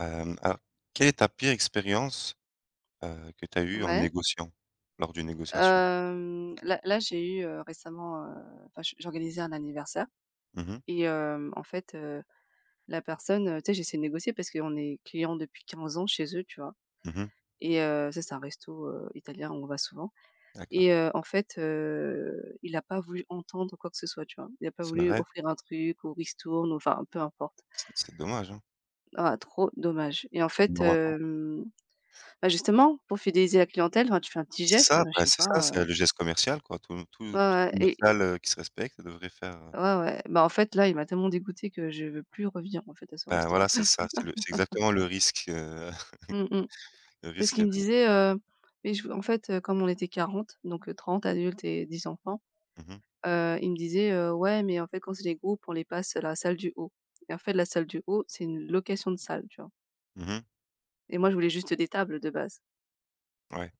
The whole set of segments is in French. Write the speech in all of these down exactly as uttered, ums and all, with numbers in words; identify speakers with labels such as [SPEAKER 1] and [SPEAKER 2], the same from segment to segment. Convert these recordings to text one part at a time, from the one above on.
[SPEAKER 1] Hem, alors, quelle est ta pire expérience, heu, que tu as eue en
[SPEAKER 2] Ouais,
[SPEAKER 1] négociant? Lors d'une négociation?
[SPEAKER 2] hem, là là, j'ai eu, heu, récemment, heu, enfin, j j'organisais un anniversaire
[SPEAKER 1] Mmh mh.
[SPEAKER 2] et hem, en fait, heu, la personne, heu, tu sais, j'essaie de négocier parce qu'on est client depuis quinze ans chez eux, tu vois?
[SPEAKER 1] Mmh.
[SPEAKER 2] Et heu, tu c'est un resto, heu, italien où on va souvent
[SPEAKER 1] D'accord.
[SPEAKER 2] et heu, en fait, heu, il a pas voulu entendre quoi que ce soit, tu vois? Il a pas
[SPEAKER 1] C'est
[SPEAKER 2] voulu
[SPEAKER 1] vrai,
[SPEAKER 2] offrir un truc ou ristourne ou enfin, peu importe.
[SPEAKER 1] c'est c'est dommage, hein.
[SPEAKER 2] Ah, trop dommage et en
[SPEAKER 1] Parce que
[SPEAKER 2] fait,
[SPEAKER 1] normalement
[SPEAKER 2] hem, bah, justement, pour fidéliser la clientèle, enfin, tu fais un petit
[SPEAKER 1] c'est
[SPEAKER 2] geste,
[SPEAKER 1] ça.
[SPEAKER 2] bah, je
[SPEAKER 1] Bah,
[SPEAKER 2] sais
[SPEAKER 1] c'est
[SPEAKER 2] pas,
[SPEAKER 1] ça,
[SPEAKER 2] heu
[SPEAKER 1] c'est le geste commercial, quoi. Tout
[SPEAKER 2] ouais,
[SPEAKER 1] tout tout
[SPEAKER 2] ouais et
[SPEAKER 1] commercial, heu, qui se respecte devrait faire, heu
[SPEAKER 2] Ouais, ouais. Bah, en fait, là, il m'a tellement dégoûtée que je veux plus revenir, en fait, à ce
[SPEAKER 1] ben,
[SPEAKER 2] resto.
[SPEAKER 1] voilà, c'est ça, c'est le c'est exactement le risque, heu,
[SPEAKER 2] Mmh mh.
[SPEAKER 1] le
[SPEAKER 2] Parce
[SPEAKER 1] risque
[SPEAKER 2] qu'il me
[SPEAKER 1] de.
[SPEAKER 2] disait, heu, mais je en fait, heu, comme on était quarante, donc heu, trente adultes et dix enfants,
[SPEAKER 1] Mmh mh.
[SPEAKER 2] heu, il me disait, heu: «Ouais, mais en fait, quand c'est des groupes, on les passe à la salle du haut» et en fait, la salle du haut, c'est une location de salle, tu vois?
[SPEAKER 1] Mmh.
[SPEAKER 2] Et moi, je voulais juste des tables de base.
[SPEAKER 1] Ouais,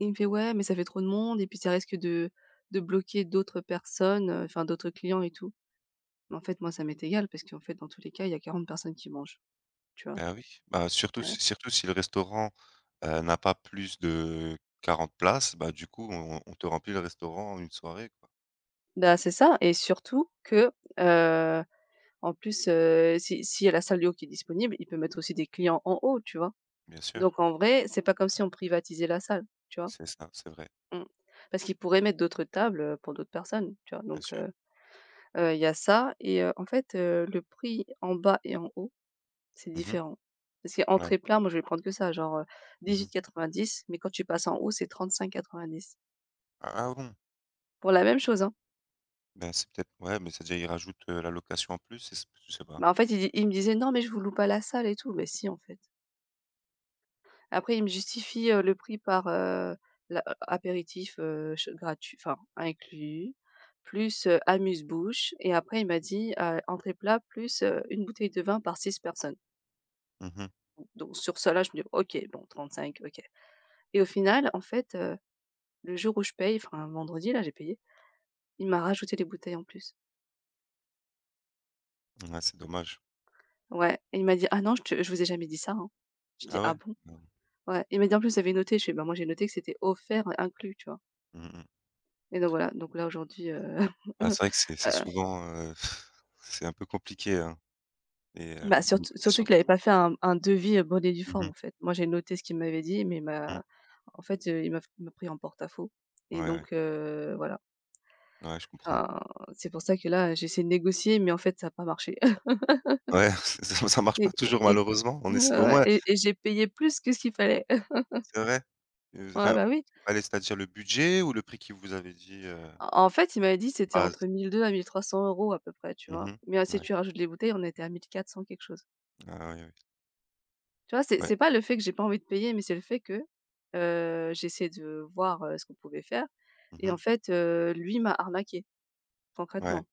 [SPEAKER 2] Il me fait: «Ouais, mais ça fait trop de monde et puis ça risque de de bloquer d'autres personnes, heu, enfin, d'autres clients et tout». Mais en fait, moi, ça m'est égal parce qu'en fait, dans tous les cas, il y a quarante personnes qui mangent, tu vois?
[SPEAKER 1] bah, oui. Bah, surtout si surtout si le restaurant, heu, n'a pas plus de quarante places. Bah, du coup, on on te remplit le restaurant en une soirée, quoi.
[SPEAKER 2] Bah, c'est ça et surtout que, heu, en plus, heu, si s'il y a la salle du haut qui est disponible, il peut mettre aussi des clients en haut, tu vois?
[SPEAKER 1] Bien sûr.
[SPEAKER 2] Donc en vrai, c'est pas comme si on privatisait la salle, tu vois?
[SPEAKER 1] C'est ça, c'est vrai,
[SPEAKER 2] Mmh. Parce qu'il pourrait mettre d'autres tables, heu, pour d'autres personnes, tu vois?
[SPEAKER 1] bien
[SPEAKER 2] Donc
[SPEAKER 1] sûr.
[SPEAKER 2] heu heu, il y a ça et heu, en fait, heu, le prix en bas et en haut, c'est
[SPEAKER 1] Mmh mh.
[SPEAKER 2] différent. Parce
[SPEAKER 1] Ouais.
[SPEAKER 2] qu'entrée plat, moi, je vais prendre que ça, genre, heu,
[SPEAKER 1] Mmh mh.
[SPEAKER 2] dix-huit virgule quatre-vingt-dix, mais quand tu passes en haut, c'est trente-cinq virgule quatre-vingt-dix
[SPEAKER 1] Ah, ah bon?
[SPEAKER 2] pour la même chose, hein.
[SPEAKER 1] Ben, c'est peut-être, ouais, mais c'est-à-dire, ils rajoutent, heu, la location en plus. C'est s Je sais pas.
[SPEAKER 2] Bah, en fait, il di il me disait: «Non, mais je vous loue pas la salle et tout», mais si, en fait. Après, il me justifie, heu, le prix par, heu, l'a apéritif, heu, ch gratu enfin inclus, plus, heu, amuse-bouche et après il m'a dit: «Heu, entrée plat plus, heu, une bouteille de vin par six personnes».
[SPEAKER 1] Mmh mh.
[SPEAKER 2] Donc sur cela, je me dis: «OK, bon trente-cinq, OK» et au final, en fait, heu, le jour où je paye, enfin un vendredi là, j'ai payé, il m'a rajouté les bouteilles en plus.
[SPEAKER 1] Ouais, c'est dommage.
[SPEAKER 2] Ouais et il m'a dit: «Ah non, je te je vous ai jamais dit ça, hein». Je dis:
[SPEAKER 1] Ah
[SPEAKER 2] «Ah
[SPEAKER 1] ouais?
[SPEAKER 2] bon?»
[SPEAKER 1] Mmh.
[SPEAKER 2] Ouais, il m'a dit: «En plus, vous avez noté». Je fais: «Bah moi j'ai noté que c'était offert, inclus», tu vois?
[SPEAKER 1] Mmh mh.
[SPEAKER 2] Et donc voilà, donc là aujourd'hui, heu,
[SPEAKER 1] Bah,
[SPEAKER 2] heu
[SPEAKER 1] c'est vrai que c'est c'est souvent, heu, c'est un peu compliqué, hein, les, heu,
[SPEAKER 2] Bah,
[SPEAKER 1] les
[SPEAKER 2] surtout surtout
[SPEAKER 1] négociations
[SPEAKER 2] qu'il
[SPEAKER 1] comme
[SPEAKER 2] avait
[SPEAKER 1] ça.
[SPEAKER 2] pas fait un un devis, heu, bonne et due
[SPEAKER 1] Mmh
[SPEAKER 2] forme,
[SPEAKER 1] mh,
[SPEAKER 2] en fait. Moi, j'ai noté ce qu'il m'avait dit, mais il
[SPEAKER 1] mmh mh.
[SPEAKER 2] m'a en fait, heu, il m'a il m'a pris en porte-à-faux
[SPEAKER 1] Ouais,
[SPEAKER 2] et
[SPEAKER 1] ouais.
[SPEAKER 2] donc heu, voilà.
[SPEAKER 1] Ouais, je comprends.
[SPEAKER 2] Enfin, c'est pour ça que là, j'ai essayé de négocier, mais en fait, ça n'a pas marché.
[SPEAKER 1] Ouais, c'est ça, ça marche
[SPEAKER 2] et
[SPEAKER 1] pas toujours
[SPEAKER 2] et et
[SPEAKER 1] malheureusement. On
[SPEAKER 2] ouais,
[SPEAKER 1] essa Mais
[SPEAKER 2] ouais,
[SPEAKER 1] au
[SPEAKER 2] ouais,
[SPEAKER 1] moins
[SPEAKER 2] et et j'ai payé plus que ce qu'il fallait.
[SPEAKER 1] c'est vrai, heu,
[SPEAKER 2] Ouais,
[SPEAKER 1] enfin,
[SPEAKER 2] bah, oui.
[SPEAKER 1] c'est pas c'est-à-dire le budget ou le prix qui vous avait dit, heu,
[SPEAKER 2] En en fait, il m'avait dit que c'était entre
[SPEAKER 1] base?
[SPEAKER 2] mille deux cents à mille trois cents € à peu près, tu
[SPEAKER 1] Mmh
[SPEAKER 2] vois?
[SPEAKER 1] mh.
[SPEAKER 2] Mais, heu, si
[SPEAKER 1] Ouais.
[SPEAKER 2] tu rajoutes les bouteilles, on était à mille quatre cents quelque chose.
[SPEAKER 1] Ah oui, oui.
[SPEAKER 2] Tu vois? C'est
[SPEAKER 1] Ouais.
[SPEAKER 2] c'est pas le fait que j'ai pas envie de payer, mais c'est le fait que, heu, j'ai de voir, heu, ce qu'on pouvait faire
[SPEAKER 1] Mmh
[SPEAKER 2] et en
[SPEAKER 1] mh.
[SPEAKER 2] fait, heu, lui m'a arnaqué
[SPEAKER 1] Ouais.
[SPEAKER 2] concrètement.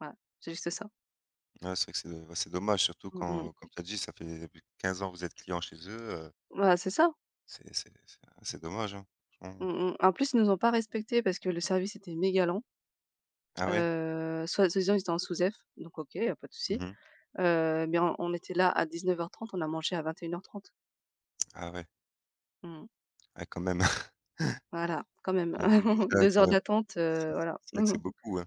[SPEAKER 2] Voilà, c'est juste ça.
[SPEAKER 1] Ouais, c'est vrai que c'est ouais, c'est dommage, surtout
[SPEAKER 2] Mmh mh.
[SPEAKER 1] quand, comme tu as dit, ça fait plus de quinze ans que vous êtes client chez eux. heu,
[SPEAKER 2] Bah, c'est ça.
[SPEAKER 1] c'est c'est c'est c'est dommage, hein, franchement.
[SPEAKER 2] Mmh mh. En plus, ils nous ont pas respectés parce que le service était méga lent.
[SPEAKER 1] Ah ouais?
[SPEAKER 2] Heu, soit soi-disant, ils étaient en sous-F, donc OK, y a pas de souci.
[SPEAKER 1] Mmh.
[SPEAKER 2] Heu, mais on on était là à dix-neuf heures trente, on a mangé à vingt et une heures trente.
[SPEAKER 1] Ah ouais.
[SPEAKER 2] Mmh.
[SPEAKER 1] Ah, quand même.
[SPEAKER 2] Voilà, quand même.
[SPEAKER 1] J'avoue que ça,
[SPEAKER 2] deux
[SPEAKER 1] quand
[SPEAKER 2] heures
[SPEAKER 1] même,
[SPEAKER 2] d'attente, heu,
[SPEAKER 1] c'est
[SPEAKER 2] voilà.
[SPEAKER 1] c'est vrai que c'est beaucoup, hein.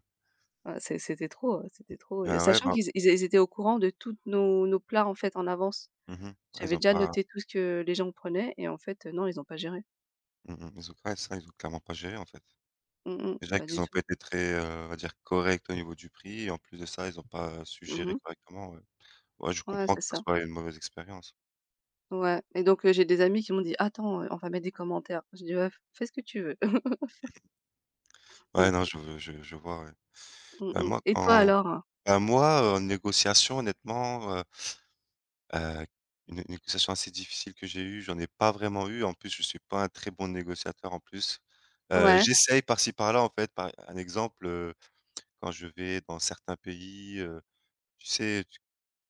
[SPEAKER 2] Ah, c'est c'était trop, heu, c'était trop et
[SPEAKER 1] Ah ouais,
[SPEAKER 2] sachant
[SPEAKER 1] ben.
[SPEAKER 2] qu'ils ils ils étaient au courant de tous nos nos plats, en fait, en avance.
[SPEAKER 1] Mmh. Ouais,
[SPEAKER 2] J'avais
[SPEAKER 1] ils ont
[SPEAKER 2] déjà
[SPEAKER 1] pas
[SPEAKER 2] noté tout ce que les gens prenaient et en fait, heu, non, ils ont pas géré.
[SPEAKER 1] mmh ils ont ouais, ça, ils ont clairement pas géré, en fait.
[SPEAKER 2] Mmh mh,
[SPEAKER 1] Déjà
[SPEAKER 2] pas du
[SPEAKER 1] qu'ils ont pas
[SPEAKER 2] tout.
[SPEAKER 1] été très, heu, on va dire corrects au niveau du prix et en plus de ça, ils ont pas su gérer
[SPEAKER 2] Mmh.
[SPEAKER 1] correctement, ouais. Ouais, je
[SPEAKER 2] Ouais,
[SPEAKER 1] comprends
[SPEAKER 2] c'est
[SPEAKER 1] que ça
[SPEAKER 2] ça.
[SPEAKER 1] soit une mauvaise expérience.
[SPEAKER 2] Ouais et donc heu, j'ai des amis qui m'ont dit: «Attends, heu, on va mettre des commentaires». Je dis: «Ouais, f fais ce que tu veux».
[SPEAKER 1] Ouais,
[SPEAKER 2] Ouais.
[SPEAKER 1] non, je je je vois, ouais.
[SPEAKER 2] Mmh
[SPEAKER 1] Bah,
[SPEAKER 2] mh.
[SPEAKER 1] moi,
[SPEAKER 2] Et toi
[SPEAKER 1] quand
[SPEAKER 2] alors? Heu?
[SPEAKER 1] Bah, moi, heu, en négociation, honnêtement, heu heu, une une négociation assez difficile que j'ai eue, j'en ai pas vraiment eu. En plus, je suis pas un très bon négociateur en plus. Heu,
[SPEAKER 2] Ouais.
[SPEAKER 1] j'essaye par-ci par-là, en fait. Par un exemple, heu, quand je vais dans certains pays, heu, tu sais, tu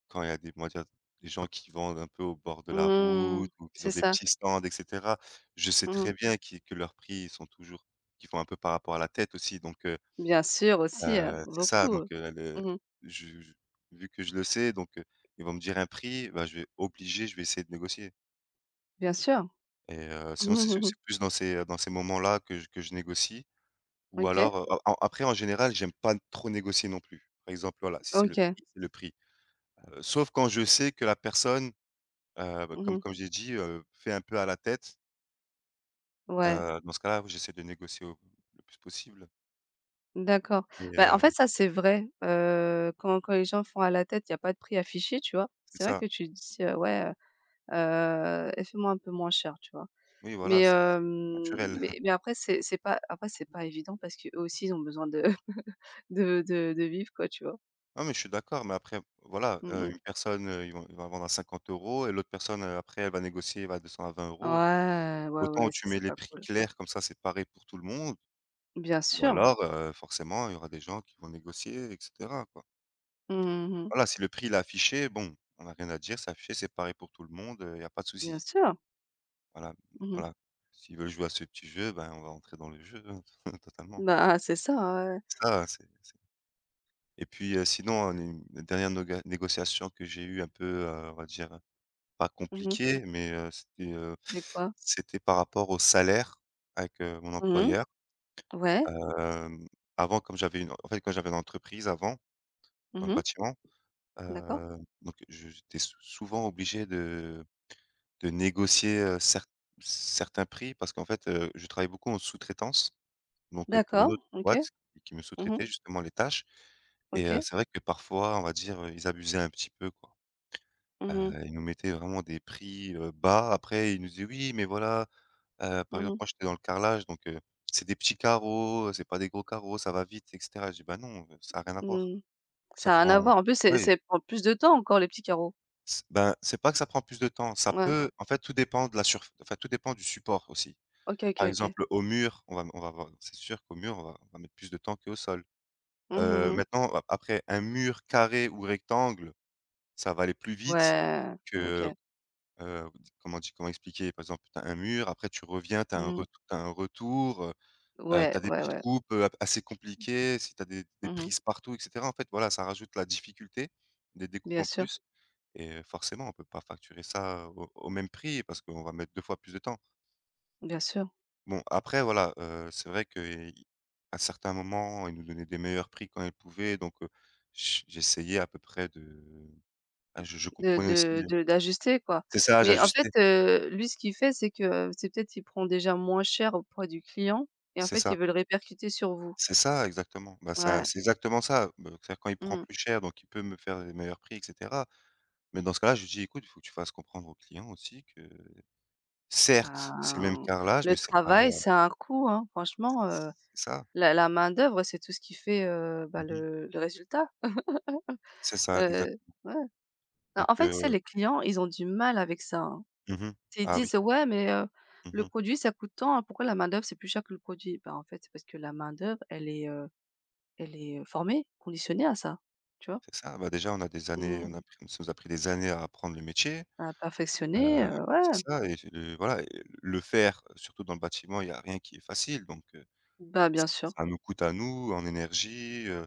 [SPEAKER 1] quand il y a des, on va dire, des gens qui vendent un peu au bord de la
[SPEAKER 2] Mmh,
[SPEAKER 1] route ou qui ont
[SPEAKER 2] c'est
[SPEAKER 1] des
[SPEAKER 2] ça.
[SPEAKER 1] petits stands, et cetera. Je sais
[SPEAKER 2] Mmh.
[SPEAKER 1] très bien qui que leurs prix, ils sont toujours qu'ils font un peu par rapport à la tête aussi, donc.
[SPEAKER 2] Bien sûr aussi, heu,
[SPEAKER 1] Heu, c'est ça,
[SPEAKER 2] beaucoup,
[SPEAKER 1] donc,
[SPEAKER 2] heu.
[SPEAKER 1] heu, le
[SPEAKER 2] Mmh.
[SPEAKER 1] je je vu que je le sais, donc, heu, ils vont me dire un prix, bah, je vais obligé, je vais essayer de négocier
[SPEAKER 2] Bien sûr.
[SPEAKER 1] et, heu, sinon c'est c'est plus dans ces, heu, dans ces moments-là que je que je négocie, ou
[SPEAKER 2] OK.
[SPEAKER 1] alors, heu, a après en général, j'aime pas trop négocier non plus. Par exemple, voilà, si c'est le
[SPEAKER 2] OK.
[SPEAKER 1] prix, c'est le prix. Heu, sauf quand je sais que la personne, heu, bah, comme
[SPEAKER 2] Mmh.
[SPEAKER 1] comme j'ai dit, heu, fait un peu à la tête,
[SPEAKER 2] Ouais.
[SPEAKER 1] heu, dans ce cas-là, oui, j'essaie de négocier au le plus possible
[SPEAKER 2] D'accord.
[SPEAKER 1] et,
[SPEAKER 2] Bah, en fait,
[SPEAKER 1] heu,
[SPEAKER 2] ça, c'est vrai, heu, quand quand les gens font à la tête, il y a pas de prix affiché, tu vois?
[SPEAKER 1] c'est
[SPEAKER 2] C'est vrai
[SPEAKER 1] ça.
[SPEAKER 2] que tu dis, heu: «Ouais, heu et fais-moi un peu moins cher», tu vois?
[SPEAKER 1] Oui,
[SPEAKER 2] Mais
[SPEAKER 1] voilà, c'est
[SPEAKER 2] hem,
[SPEAKER 1] naturel.
[SPEAKER 2] mais mais après c'est c'est pas après c'est pas évident parce qu'eux aussi ils ont besoin de de de de vivre quoi, tu vois?
[SPEAKER 1] Non, mais je suis d'accord, mais après, voilà,
[SPEAKER 2] Mmh
[SPEAKER 1] heu, ouais.
[SPEAKER 2] mh.
[SPEAKER 1] Une personne, heu, ils vont ils vont vendre à cinquante euros et l'autre personne, heu, après, elle va négocier, elle va à deux cent vingt euros.
[SPEAKER 2] Ouais, ouais,
[SPEAKER 1] Autant
[SPEAKER 2] ouais, ça
[SPEAKER 1] tu mets
[SPEAKER 2] c'est
[SPEAKER 1] les
[SPEAKER 2] pas
[SPEAKER 1] prix
[SPEAKER 2] cool.
[SPEAKER 1] clairs, comme ça, c'est pareil pour tout le monde.
[SPEAKER 2] Bien
[SPEAKER 1] Ou
[SPEAKER 2] sûr.
[SPEAKER 1] alors, heu, forcément, il y aura des gens qui vont négocier, et cetera, quoi.
[SPEAKER 2] Mmh. Mmh.
[SPEAKER 1] Voilà, si le prix, il est affiché, bon, on n'a rien à dire, c'est affiché, c'est pareil pour tout le monde, il y a pas de
[SPEAKER 2] Bien
[SPEAKER 1] souci.
[SPEAKER 2] sûr.
[SPEAKER 1] Voilà,
[SPEAKER 2] Mmh.
[SPEAKER 1] voilà. S'ils veulent jouer à ce petit jeu, ben, on va entrer dans le jeu, totalement.
[SPEAKER 2] Bah, c'est ça, ouais, ouais.
[SPEAKER 1] Ça, c'est c'est Et puis, heu, sinon, heu, une dernière noga négociation que j'ai eu un peu, heu, on va dire pas
[SPEAKER 2] Mmh.
[SPEAKER 1] compliqué, mais, heu, c'était, heu,
[SPEAKER 2] C'est quoi?
[SPEAKER 1] c'était par rapport au salaire avec, heu, mon
[SPEAKER 2] Mmh.
[SPEAKER 1] employeur.
[SPEAKER 2] Ouais.
[SPEAKER 1] Hem, avant comme j'avais une En fait, quand j'avais une entreprise avant, dans le
[SPEAKER 2] Mmh.
[SPEAKER 1] bâtiment,
[SPEAKER 2] D'accord.
[SPEAKER 1] heu, donc je j'étais sou souvent obligé de de négocier, heu, cer certains prix parce qu'en fait, heu, je travaillais beaucoup en sous-traitance, donc, heu, pour une
[SPEAKER 2] D'accord.
[SPEAKER 1] autre
[SPEAKER 2] OK.
[SPEAKER 1] boîte qui me
[SPEAKER 2] Mmh.
[SPEAKER 1] sous-traitait justement les tâches, et, heu,
[SPEAKER 2] OK.
[SPEAKER 1] c'est vrai que parfois, on va dire, heu, ils abusaient un petit peu, quoi. Heu,
[SPEAKER 2] Mmh mh.
[SPEAKER 1] ils nous mettaient vraiment des prix, heu, bas. Après, ils nous disaient: «Oui, mais voilà, Heu, par
[SPEAKER 2] Mmh
[SPEAKER 1] exemple,
[SPEAKER 2] mh.
[SPEAKER 1] moi, j'étais dans le carrelage, donc, heu, c'est des petits carreaux, c'est pas des gros carreaux, ça va vite, et cetera. Je dis: «Bah non, heu, ça a rien à voir.
[SPEAKER 2] Mmh.
[SPEAKER 1] Ça
[SPEAKER 2] Ça a rien
[SPEAKER 1] prend.»
[SPEAKER 2] à voir. En plus, c'est
[SPEAKER 1] Oui,
[SPEAKER 2] c'est prend plus de temps encore les petits carreaux.
[SPEAKER 1] c ben, c'est pas que ça prend plus de temps, ça
[SPEAKER 2] Ouais.
[SPEAKER 1] peut en fait tout dépend de la surf enfin, tout dépend du support aussi.
[SPEAKER 2] OK, OK,
[SPEAKER 1] Par
[SPEAKER 2] OK.
[SPEAKER 1] exemple, au mur, on va on va voir. C'est sûr qu'au mur, on va on va mettre plus de temps qu'au sol.
[SPEAKER 2] Mmh mh
[SPEAKER 1] Heu,
[SPEAKER 2] mh.
[SPEAKER 1] maintenant, a après un mur carré ou rectangle, ça va aller plus vite
[SPEAKER 2] Ouais. OK.
[SPEAKER 1] que, heu, comment dire, comment expliquer? Par exemple, tu as un mur, après tu reviens, tu as un
[SPEAKER 2] Mmh.
[SPEAKER 1] ret tu un retour. Heu,
[SPEAKER 2] Ouais,
[SPEAKER 1] tu des
[SPEAKER 2] ouais,
[SPEAKER 1] petites
[SPEAKER 2] ouais.
[SPEAKER 1] coupes, heu, assez compliquées, si t'as des des
[SPEAKER 2] Mmh mh.
[SPEAKER 1] prises partout, et cetera, en fait, voilà, ça rajoute la difficulté, des découpes
[SPEAKER 2] Bien
[SPEAKER 1] en
[SPEAKER 2] sûr,
[SPEAKER 1] plus et, heu, forcément, on peut pas facturer ça au au même prix parce qu'on va mettre deux fois plus de temps.
[SPEAKER 2] bien sûr.
[SPEAKER 1] Bon, après, voilà, heu, c'est vrai qu'ils à certains moments, ils nous donnaient des meilleurs prix quand ils pouvaient, donc, heu, j j'essayais à peu près de. Ah, je je
[SPEAKER 2] De
[SPEAKER 1] comprenais aussi,
[SPEAKER 2] de de d'ajuster quoi.
[SPEAKER 1] c'est ça,
[SPEAKER 2] Mais en fait,
[SPEAKER 1] j'ajustais,
[SPEAKER 2] heu, lui, ce qu'il fait, c'est que c'est peut-être il prend déjà moins cher auprès du client et en
[SPEAKER 1] c'est
[SPEAKER 2] fait,
[SPEAKER 1] ça,
[SPEAKER 2] il veut le répercuter sur vous.
[SPEAKER 1] c'est ça exactement. Bah, ça
[SPEAKER 2] Ouais.
[SPEAKER 1] c'est exactement ça, heu, c'est-à-dire quand il prend
[SPEAKER 2] Mmh.
[SPEAKER 1] plus cher, donc il peut me faire des meilleurs prix, et cetera. Mais dans ce cas-là, je lui dis: «Écoute, il faut que tu fasses comprendre au client aussi que certes, c'est le même
[SPEAKER 2] Ben,
[SPEAKER 1] carrelage,
[SPEAKER 2] le
[SPEAKER 1] mais c'est pas.»
[SPEAKER 2] travail, ça a un coût, hein. Franchement,
[SPEAKER 1] C'est
[SPEAKER 2] heu,
[SPEAKER 1] ça.
[SPEAKER 2] la la main-d'œuvre, c'est tout ce qui fait, heu, bah,
[SPEAKER 1] Mmh.
[SPEAKER 2] le le résultat.
[SPEAKER 1] C'est ça, exact.
[SPEAKER 2] Heu, ouais. Bah,
[SPEAKER 1] Donc,
[SPEAKER 2] en fait, tu sais,
[SPEAKER 1] heu,
[SPEAKER 2] les clients, ils ont du mal avec ça, hein.
[SPEAKER 1] mmh.
[SPEAKER 2] Ils
[SPEAKER 1] Ah oui.
[SPEAKER 2] disent: «Ouais, mais heu, le
[SPEAKER 1] Mmh.
[SPEAKER 2] produit, ça coûte tant, hein, pourquoi la main-d'œuvre, c'est plus cher que le produit?» Bah, en fait, c'est parce que la main-d'œuvre, elle est, heu, elle est, heu, formée, conditionnée à ça, tu vois?
[SPEAKER 1] C'est ça. Bah, déjà, on a des années
[SPEAKER 2] Mmh.
[SPEAKER 1] on a pris ça nous a pris des années à apprendre le métier.
[SPEAKER 2] Bah, perfectionnée,
[SPEAKER 1] Heu,
[SPEAKER 2] heu,
[SPEAKER 1] c'est
[SPEAKER 2] ouais.
[SPEAKER 1] ça et le voilà. Et le faire, surtout dans le bâtiment, il y a rien qui est facile, donc, heu,
[SPEAKER 2] Bah,
[SPEAKER 1] ça
[SPEAKER 2] bien sûr.
[SPEAKER 1] ça nous coûte à nous en énergie, heu,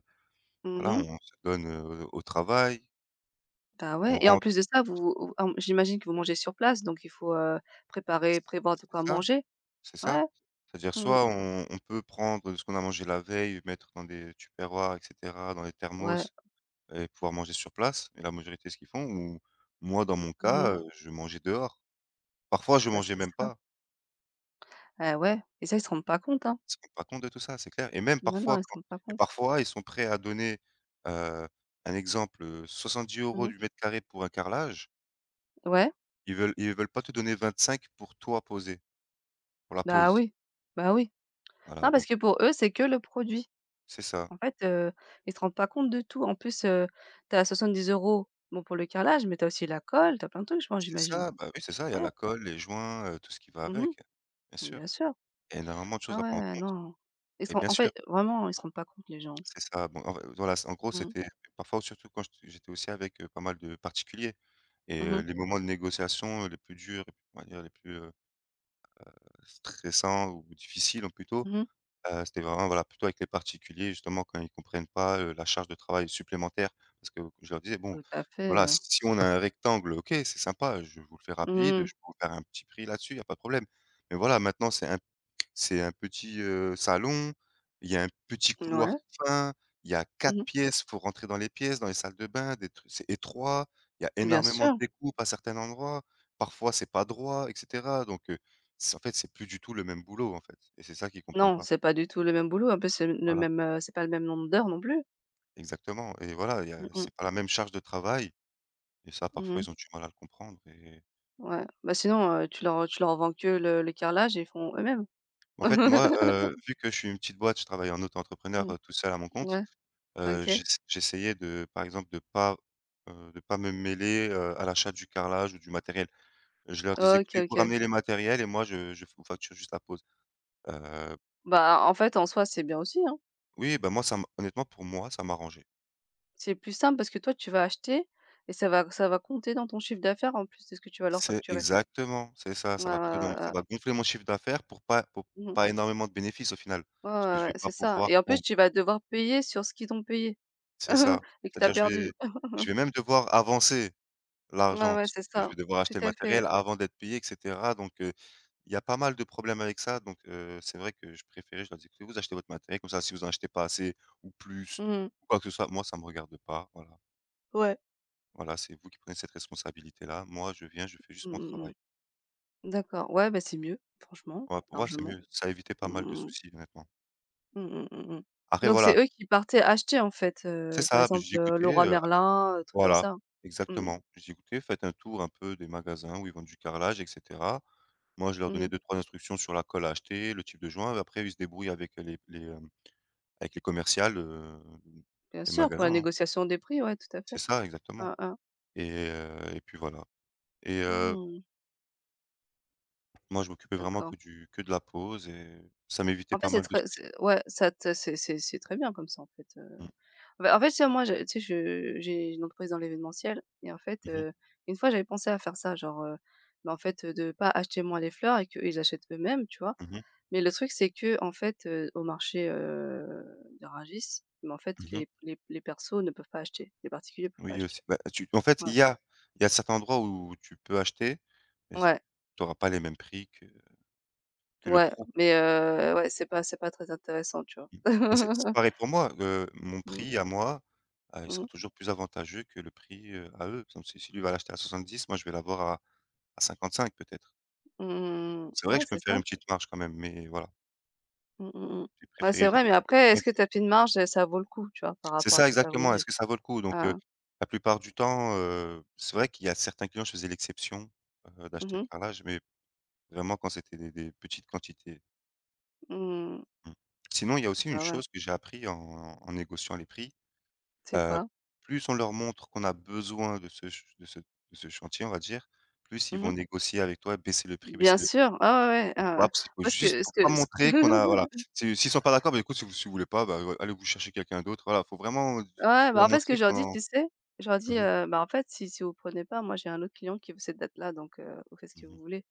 [SPEAKER 1] voilà,
[SPEAKER 2] Mmh.
[SPEAKER 1] on se donne, heu, au travail,
[SPEAKER 2] Bah, ouais
[SPEAKER 1] on
[SPEAKER 2] et en
[SPEAKER 1] rentre
[SPEAKER 2] plus de ça, vous vous hem, j'imagine que vous mangez sur place, donc il faut, heu, préparer, prévoir de quoi
[SPEAKER 1] c'est ça.
[SPEAKER 2] manger.
[SPEAKER 1] C'est ça.
[SPEAKER 2] Ouais.
[SPEAKER 1] C'est-à-dire,
[SPEAKER 2] Mmh.
[SPEAKER 1] soit on on peut prendre ce qu'on a mangé la veille, mettre dans des tupperwares, et cetera, dans des
[SPEAKER 2] Ouais.
[SPEAKER 1] thermos, et pouvoir manger sur place, et la majorité ce qu'ils font ou moi dans mon
[SPEAKER 2] Mmh.
[SPEAKER 1] cas, heu, je mangeais dehors. Parfois je
[SPEAKER 2] Bah,
[SPEAKER 1] mangeais
[SPEAKER 2] c'est
[SPEAKER 1] même
[SPEAKER 2] ça.
[SPEAKER 1] pas.
[SPEAKER 2] Eh ouais et ça, ils se rendent pas compte, hein.
[SPEAKER 1] Ils se rendent pas compte de tout ça, c'est clair. Et même
[SPEAKER 2] Non, non,
[SPEAKER 1] parfois
[SPEAKER 2] ils se
[SPEAKER 1] quand
[SPEAKER 2] rendent pas
[SPEAKER 1] et
[SPEAKER 2] compte.
[SPEAKER 1] parfois ils sont prêts à donner, heu, un exemple, heu, soixante-dix euros
[SPEAKER 2] Mmh.
[SPEAKER 1] du mètre carré pour un carrelage.
[SPEAKER 2] Ouais.
[SPEAKER 1] Ils veulent ils veulent pas te donner vingt-cinq pour toi poser, pour la
[SPEAKER 2] Bah
[SPEAKER 1] pose.
[SPEAKER 2] oui, bah oui. Non,
[SPEAKER 1] Voilà,
[SPEAKER 2] parce
[SPEAKER 1] donc
[SPEAKER 2] que pour eux, c'est que le produit.
[SPEAKER 1] c'est ça.
[SPEAKER 2] En fait, heu, ils se rendent pas compte de tout. En plus, heu, tu as soixante-dix € bon pour le carrelage, mais tu as aussi la colle, tu as plein de trucs, je pense,
[SPEAKER 1] C'est
[SPEAKER 2] j'imagine?
[SPEAKER 1] ça, bah, oui, c'est ça, il y a
[SPEAKER 2] Ouais,
[SPEAKER 1] la colle, les joints, heu, tout ce qui va
[SPEAKER 2] mmh,
[SPEAKER 1] avec, bien
[SPEAKER 2] bien
[SPEAKER 1] sûr.
[SPEAKER 2] sûr.
[SPEAKER 1] Il y a énormément de choses
[SPEAKER 2] Ah
[SPEAKER 1] à
[SPEAKER 2] ouais,
[SPEAKER 1] prendre
[SPEAKER 2] ouais,
[SPEAKER 1] en compte
[SPEAKER 2] non. Ils
[SPEAKER 1] et
[SPEAKER 2] se ren
[SPEAKER 1] bien
[SPEAKER 2] en
[SPEAKER 1] sûr,
[SPEAKER 2] fait, vraiment, ils se rendent pas compte les gens.
[SPEAKER 1] c'est ça. Bon, en v voilà, c'est en gros,
[SPEAKER 2] Mmh,
[SPEAKER 1] c'était parfois, surtout quand j'ét j'étais aussi avec, heu, pas mal de particuliers et,
[SPEAKER 2] mmh
[SPEAKER 1] heu,
[SPEAKER 2] mh,
[SPEAKER 1] les moments de négociation, heu, les plus durs, on va dire les plus, heu, stressants ou difficiles, ou plutôt.
[SPEAKER 2] mmh.
[SPEAKER 1] Heu, c'était vraiment, voilà, plutôt avec les particuliers, justement quand ils comprennent pas, heu, la charge de travail supplémentaire parce que je leur disais: «Bon,
[SPEAKER 2] Tout à fait,
[SPEAKER 1] voilà,
[SPEAKER 2] heu,
[SPEAKER 1] si si on a un rectangle, OK, c'est sympa, je vous le fais rapide,
[SPEAKER 2] mmh.
[SPEAKER 1] je peux vous faire un petit prix là-dessus, il y a pas de problème. Mais voilà, maintenant c'est un c'est un petit, heu, salon, il y a un petit couloir,
[SPEAKER 2] Ouais,
[SPEAKER 1] fin, il y a quatre
[SPEAKER 2] mmh.
[SPEAKER 1] pièces, faut rentrer dans les pièces, dans les salles de bain, des trucs c'est étroit, il y a
[SPEAKER 2] Bien
[SPEAKER 1] énormément de
[SPEAKER 2] sûr.
[SPEAKER 1] découpes à certains endroits, parfois c'est pas droit, et cetera.» Donc, heu, c'est en fait, c'est plus du tout le même boulot, en fait et c'est ça qu'ils comprennent
[SPEAKER 2] Non,
[SPEAKER 1] pas.
[SPEAKER 2] c'est pas du tout le même boulot. En plus, c'est le
[SPEAKER 1] Voilà.
[SPEAKER 2] même, heu, c'est pas le même nombre d'heures non plus.
[SPEAKER 1] Exactement et voilà, il y a
[SPEAKER 2] Mmh mh,
[SPEAKER 1] c'est pas la même charge de travail et ça parfois
[SPEAKER 2] mmh.
[SPEAKER 1] ils ont du mal à le comprendre, et
[SPEAKER 2] Ouais, bah, sinon, heu, tu leur tu leur vends que le le carrelage et ils font eux-mêmes.
[SPEAKER 1] en fait moi, heu, vu que je suis une petite boîte, je travaille en auto-entrepreneur,
[SPEAKER 2] Mmh.
[SPEAKER 1] heu, tout seul à mon compte,
[SPEAKER 2] Ouais,
[SPEAKER 1] heu,
[SPEAKER 2] OK.
[SPEAKER 1] j'ess j'essayais de par exemple de pas, heu, de pas me mêler, heu, à l'achat du carrelage ou du matériel. Je leur disais:
[SPEAKER 2] OK,
[SPEAKER 1] «Écoutez, vous
[SPEAKER 2] OK.
[SPEAKER 1] ramenez les matériels et moi je je vous facture juste la pause.» Heu,
[SPEAKER 2] Bah, en fait, en soi, c'est bien aussi, hein.
[SPEAKER 1] oui, ben moi ça m honnêtement pour moi ça m'arrangeait.
[SPEAKER 2] C'est plus simple parce que toi, tu vas acheter et ça va ça va compter dans ton chiffre d'affaires en plus de ce que tu vas leur
[SPEAKER 1] C'est
[SPEAKER 2] facturer.
[SPEAKER 1] exactement, c'est ça,
[SPEAKER 2] Ouais,
[SPEAKER 1] ça
[SPEAKER 2] ouais,
[SPEAKER 1] va coûter dans
[SPEAKER 2] ouais,
[SPEAKER 1] mon ça
[SPEAKER 2] ouais.
[SPEAKER 1] va gonfler mon chiffre d'affaires pour pas pour
[SPEAKER 2] Mmh.
[SPEAKER 1] pas énormément de bénéfices au final.
[SPEAKER 2] Ouais, ouais,
[SPEAKER 1] Parce que je
[SPEAKER 2] ouais,
[SPEAKER 1] vais
[SPEAKER 2] c'est
[SPEAKER 1] pas
[SPEAKER 2] ça
[SPEAKER 1] pouvoir
[SPEAKER 2] et en plus,
[SPEAKER 1] prendre
[SPEAKER 2] tu vas devoir payer sur ce qu'ils t'ont payé
[SPEAKER 1] C'est ça.
[SPEAKER 2] et que tu as
[SPEAKER 1] C'est-à-dire je vais
[SPEAKER 2] perdu.
[SPEAKER 1] je vais même devoir avancer
[SPEAKER 2] Ouais,
[SPEAKER 1] l'argent
[SPEAKER 2] ouais,
[SPEAKER 1] parce
[SPEAKER 2] c'est
[SPEAKER 1] que je
[SPEAKER 2] ça.
[SPEAKER 1] vais devoir
[SPEAKER 2] Tout
[SPEAKER 1] acheter le
[SPEAKER 2] à fait.
[SPEAKER 1] matériel avant d'être payé et cetera, donc heu, il y a pas mal de problèmes avec ça, donc heu, c'est vrai que je préférais je leur dis: «Écoutez, vous achetez votre matériel, comme ça si vous en achetez pas assez ou plus
[SPEAKER 2] Mmh.
[SPEAKER 1] ou quoi que ce soit, moi ça me regarde pas, voilà.
[SPEAKER 2] Ouais.
[SPEAKER 1] Voilà, c'est vous qui prenez cette responsabilité-là. Moi je viens, je fais
[SPEAKER 2] Mmh
[SPEAKER 1] juste mon
[SPEAKER 2] mmh. Mmh.
[SPEAKER 1] travail».
[SPEAKER 2] D'accord. Ouais, bah, c'est mieux, franchement,
[SPEAKER 1] Ouais, pour moi c'est
[SPEAKER 2] largement.
[SPEAKER 1] mieux, ça a évité pas mal de
[SPEAKER 2] Mmh.
[SPEAKER 1] soucis honnêtement.
[SPEAKER 2] Mmh mh, mmh mh.
[SPEAKER 1] Après
[SPEAKER 2] Donc c'est
[SPEAKER 1] voilà,
[SPEAKER 2] eux qui partaient acheter, en fait,
[SPEAKER 1] c'est
[SPEAKER 2] heu, par
[SPEAKER 1] ça,
[SPEAKER 2] exemple,
[SPEAKER 1] j'ai
[SPEAKER 2] heu,
[SPEAKER 1] écouté,
[SPEAKER 2] Leroy
[SPEAKER 1] «Écoutez,
[SPEAKER 2] Merlin, heu, trucs comme
[SPEAKER 1] voilà,
[SPEAKER 2] ça? Mmh mh,
[SPEAKER 1] exactement. J'ai écouté, faites un tour un peu des magasins où ils vendent du carrelage et cetera». Moi, je leur
[SPEAKER 2] mmh
[SPEAKER 1] donnais
[SPEAKER 2] mh.
[SPEAKER 1] deux-trois instructions sur la colle à acheter, le type de joint, après ils se débrouillent avec les les, hem, avec les commerciales, heu,
[SPEAKER 2] Bien
[SPEAKER 1] les
[SPEAKER 2] sûr, pour la
[SPEAKER 1] magasins, hein.
[SPEAKER 2] négociation des prix, ouais, tout à
[SPEAKER 1] C'est
[SPEAKER 2] fait.
[SPEAKER 1] ça, exactement,
[SPEAKER 2] Hein, hein.
[SPEAKER 1] et heu et puis voilà, et heu,
[SPEAKER 2] Mmh,
[SPEAKER 1] moi, je m'occupais vraiment
[SPEAKER 2] d'accord.
[SPEAKER 1] que du que de la pose et ça m'évitait
[SPEAKER 2] En fait,
[SPEAKER 1] pas
[SPEAKER 2] c'est
[SPEAKER 1] mal de
[SPEAKER 2] très
[SPEAKER 1] soucis.
[SPEAKER 2] c'est ouais, ça te c'est c'est c'est très bien comme ça, en fait, heu.
[SPEAKER 1] Mmh.
[SPEAKER 2] Bah, en fait, tu vois, moi, je tu sais, je j'ai une entreprise dans l'événementiel et en fait,
[SPEAKER 1] Mmh mh.
[SPEAKER 2] heu, une fois, j'avais pensé à faire ça, genre, heu, bah, en fait, heu, de pas acheter moi les fleurs et qu'ils achètent eux-mêmes, tu vois?
[SPEAKER 1] Mmh.
[SPEAKER 2] Mais le truc, c'est que, en fait, heu, au marché, heu, de Rungis, mais en fait,
[SPEAKER 1] Mmh.
[SPEAKER 2] les les les persos ne peuvent pas acheter, les particuliers peuvent pas
[SPEAKER 1] Oui
[SPEAKER 2] acheter.
[SPEAKER 1] aussi. Bah, tu en fait, il
[SPEAKER 2] Ouais,
[SPEAKER 1] y a il y a certains endroits où tu peux acheter, mais
[SPEAKER 2] ouais,
[SPEAKER 1] tu auras pas les mêmes prix que que le
[SPEAKER 2] ouais,
[SPEAKER 1] pro.
[SPEAKER 2] mais heu, ouais, c'est pas c'est pas très intéressant, tu vois?
[SPEAKER 1] Mmh. C'est c'est pareil pour moi, heu, mon
[SPEAKER 2] Mmh,
[SPEAKER 1] prix à moi, heu, il
[SPEAKER 2] mmh,
[SPEAKER 1] sera toujours plus avantageux que le prix, heu, à eux. Comme si si lui va l'acheter à soixante-dix, moi je vais l'avoir à à cinquante-cinq peut-être.
[SPEAKER 2] mmh,
[SPEAKER 1] C'est vrai que
[SPEAKER 2] ouais,
[SPEAKER 1] je peux
[SPEAKER 2] c'est
[SPEAKER 1] me faire
[SPEAKER 2] ça.
[SPEAKER 1] une petite marge quand même, mais voilà,
[SPEAKER 2] Mmh, mmh mh.
[SPEAKER 1] j'ai
[SPEAKER 2] Ouais, c'est
[SPEAKER 1] préféré
[SPEAKER 2] vrai, mais après, est-ce que t'as as fait une marge, ça vaut le coup, tu vois, par
[SPEAKER 1] c'est
[SPEAKER 2] rapport à
[SPEAKER 1] ça
[SPEAKER 2] ce que t'as
[SPEAKER 1] exactement,
[SPEAKER 2] vendu?
[SPEAKER 1] est-ce que ça vaut le coup? Donc heu,
[SPEAKER 2] Ah,
[SPEAKER 1] la plupart du temps, heu, c'est vrai qu'il y a certains clients, je faisais l'exception, heu,
[SPEAKER 2] mmh
[SPEAKER 1] d'acheter
[SPEAKER 2] mh.
[SPEAKER 1] le carrelage, mais vraiment quand c'était des des petites quantités.
[SPEAKER 2] Mmh,
[SPEAKER 1] Mmh. Sinon, il y a aussi une
[SPEAKER 2] bah, ouais.
[SPEAKER 1] chose que j'ai appris en en négociant les prix.
[SPEAKER 2] C'est
[SPEAKER 1] Heu,
[SPEAKER 2] quoi?
[SPEAKER 1] Plus on leur montre qu'on a besoin de ce ch de ce de ce chantier, on va dire, plus ils
[SPEAKER 2] Mmh.
[SPEAKER 1] vont négocier avec toi, baisser le prix,
[SPEAKER 2] Bien
[SPEAKER 1] baisser le prix.
[SPEAKER 2] sûr. Ah ouais, ouais, ah, ouais.
[SPEAKER 1] Voilà, parce qu'il faut
[SPEAKER 2] moi, ce
[SPEAKER 1] juste
[SPEAKER 2] que ce
[SPEAKER 1] faut pas
[SPEAKER 2] que
[SPEAKER 1] montrer qu'on a voilà, si s'ils sont pas d'accord, bah écoute, si vous si vous voulez pas, bah, allez vous chercher quelqu'un d'autre. Voilà, faut vraiment
[SPEAKER 2] Ouais, bah,
[SPEAKER 1] leur
[SPEAKER 2] en fait, ce que
[SPEAKER 1] montrer
[SPEAKER 2] je leur dis,
[SPEAKER 1] qu'on...
[SPEAKER 2] tu sais? Je leur
[SPEAKER 1] Mmh
[SPEAKER 2] dis,
[SPEAKER 1] mh,
[SPEAKER 2] heu: «Bah, en fait, si si vous prenez pas, moi, j'ai un autre client qui veut cette date-là, donc heu, vous faites ce que vous
[SPEAKER 1] mmh.
[SPEAKER 2] voulez».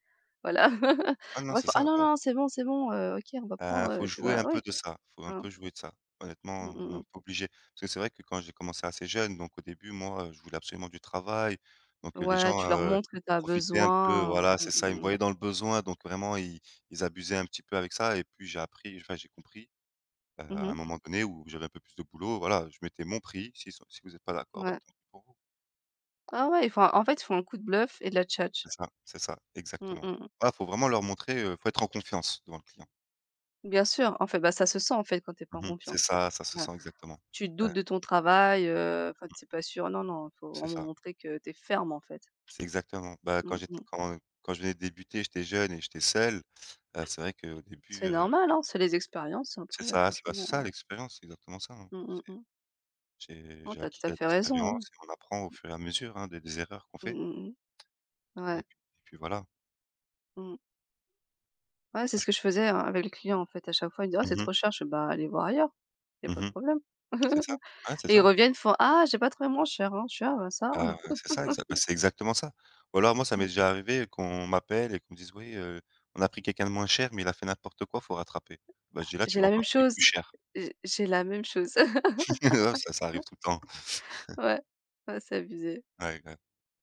[SPEAKER 2] Voilà.
[SPEAKER 1] Ah non,
[SPEAKER 2] Après, ils
[SPEAKER 1] c'est
[SPEAKER 2] font: «Ah
[SPEAKER 1] ça,
[SPEAKER 2] non,
[SPEAKER 1] ouais.
[SPEAKER 2] non, c'est bon, c'est bon, heu, OK, on va prendre,
[SPEAKER 1] Heu,
[SPEAKER 2] heu».
[SPEAKER 1] faut
[SPEAKER 2] Je fais:
[SPEAKER 1] jouer
[SPEAKER 2] «Bah,
[SPEAKER 1] un peu
[SPEAKER 2] ouais,
[SPEAKER 1] de ça, faut un
[SPEAKER 2] hein».
[SPEAKER 1] peu jouer de ça.
[SPEAKER 2] Mmh
[SPEAKER 1] Honnêtement,
[SPEAKER 2] mh,
[SPEAKER 1] on est un
[SPEAKER 2] mmh.
[SPEAKER 1] peu obligé. Parce que c'est vrai que quand j'ai commencé assez jeune, donc au début, moi, heu, je voulais absolument du travail, donc heu, les
[SPEAKER 2] Ouais,
[SPEAKER 1] gens,
[SPEAKER 2] tu leur
[SPEAKER 1] heu,
[SPEAKER 2] montres que tu as
[SPEAKER 1] profitaient un peu,
[SPEAKER 2] besoin.
[SPEAKER 1] voilà,
[SPEAKER 2] Mmh
[SPEAKER 1] c'est ça,
[SPEAKER 2] mh,
[SPEAKER 1] ils me
[SPEAKER 2] mmh.
[SPEAKER 1] voyaient dans le besoin, donc vraiment ils ils abusaient un petit peu avec ça, et puis j'ai appris, enfin j'ai compris, heu, à un
[SPEAKER 2] Mmh,
[SPEAKER 1] moment donné où j'avais un peu plus de boulot, voilà, je mettais mon prix, s'ils sont si vous êtes pas d'accord, bah,
[SPEAKER 2] ouais.
[SPEAKER 1] tant pis pour vous.
[SPEAKER 2] Ah ouais, ils font un en fait, ils font un coup de bluff et de la tchatche.
[SPEAKER 1] C'est ça, c'est ça,
[SPEAKER 2] Mmh mmh,
[SPEAKER 1] exactement.
[SPEAKER 2] mmh.
[SPEAKER 1] Voilà, faut vraiment leur montrer, heu, faut être en confiance devant le client.
[SPEAKER 2] Bien sûr, en fait, bah, ça se sent, en fait, quand t'es pas en
[SPEAKER 1] Mmh mh, c'est
[SPEAKER 2] confiance.
[SPEAKER 1] ça, ça se
[SPEAKER 2] Ouais.
[SPEAKER 1] sent exactement.
[SPEAKER 2] Tu
[SPEAKER 1] Ouais,
[SPEAKER 2] doutes de ton travail, heu, enfin, tu pas sûr. Non, non, faut
[SPEAKER 1] c'est
[SPEAKER 2] vraiment
[SPEAKER 1] ça.
[SPEAKER 2] montrer que t'es ferme, en fait.
[SPEAKER 1] C'est exactement. Bah,
[SPEAKER 2] Mmh
[SPEAKER 1] quand j'étais
[SPEAKER 2] mh.
[SPEAKER 1] quand quand je venais de débuter, j'étais jeune et j'étais seul, heu, c'est vrai qu'au début,
[SPEAKER 2] C'est
[SPEAKER 1] heu,
[SPEAKER 2] normal, hein, c'est les expériences
[SPEAKER 1] c'est
[SPEAKER 2] après, euh,
[SPEAKER 1] ça, c'est bah, c'est ça
[SPEAKER 2] franchement,
[SPEAKER 1] l'expérience, c'est exactement ça, hein.
[SPEAKER 2] heu, mmh mh
[SPEAKER 1] C'est
[SPEAKER 2] mh.
[SPEAKER 1] j'ai
[SPEAKER 2] Non,
[SPEAKER 1] j'ai
[SPEAKER 2] tu
[SPEAKER 1] acquis
[SPEAKER 2] tout à
[SPEAKER 1] avec
[SPEAKER 2] fait raison, hein.
[SPEAKER 1] l'expérience et on apprend au fur et à mesure, hein, des des erreurs qu'on
[SPEAKER 2] Mmh
[SPEAKER 1] fait,
[SPEAKER 2] mh mh. Ouais,
[SPEAKER 1] et puis et puis voilà.
[SPEAKER 2] mmh. Ouais, c'est
[SPEAKER 1] Moi
[SPEAKER 2] ce
[SPEAKER 1] je...
[SPEAKER 2] que je faisais, hein, avec le client, en fait. À chaque fois, il me dit: «Ah, c'est
[SPEAKER 1] Mmh
[SPEAKER 2] trop cher». Je fais: «Bah, allez voir ailleurs, il y a
[SPEAKER 1] mh,
[SPEAKER 2] pas de
[SPEAKER 1] mmh,
[SPEAKER 2] problème».
[SPEAKER 1] c'est ça. Ouais, c'est
[SPEAKER 2] Et ils
[SPEAKER 1] ça.
[SPEAKER 2] reviennent, ils font: «Ah, j'ai pas trouvé moins cher, hein». Je suis: «Ah, bah, ça».
[SPEAKER 1] Heu, c'est ça exact bah, c'est exactement ça. Ou alors moi, ça m'est déjà arrivé qu'on m'appelle et qu'on me dise: «Oui, heu, on a pris quelqu'un de moins cher, mais il a fait n'importe quoi, faut rattraper». Bah, je dis: «Là, tu
[SPEAKER 2] J'ai
[SPEAKER 1] vas
[SPEAKER 2] la même
[SPEAKER 1] encore payer
[SPEAKER 2] chose,
[SPEAKER 1] plus cher».
[SPEAKER 2] j'ai j'ai la même chose.
[SPEAKER 1] Ça, ça arrive tout le temps.
[SPEAKER 2] Ouais, ouais, c'est abusé.
[SPEAKER 1] Ouais, ouais.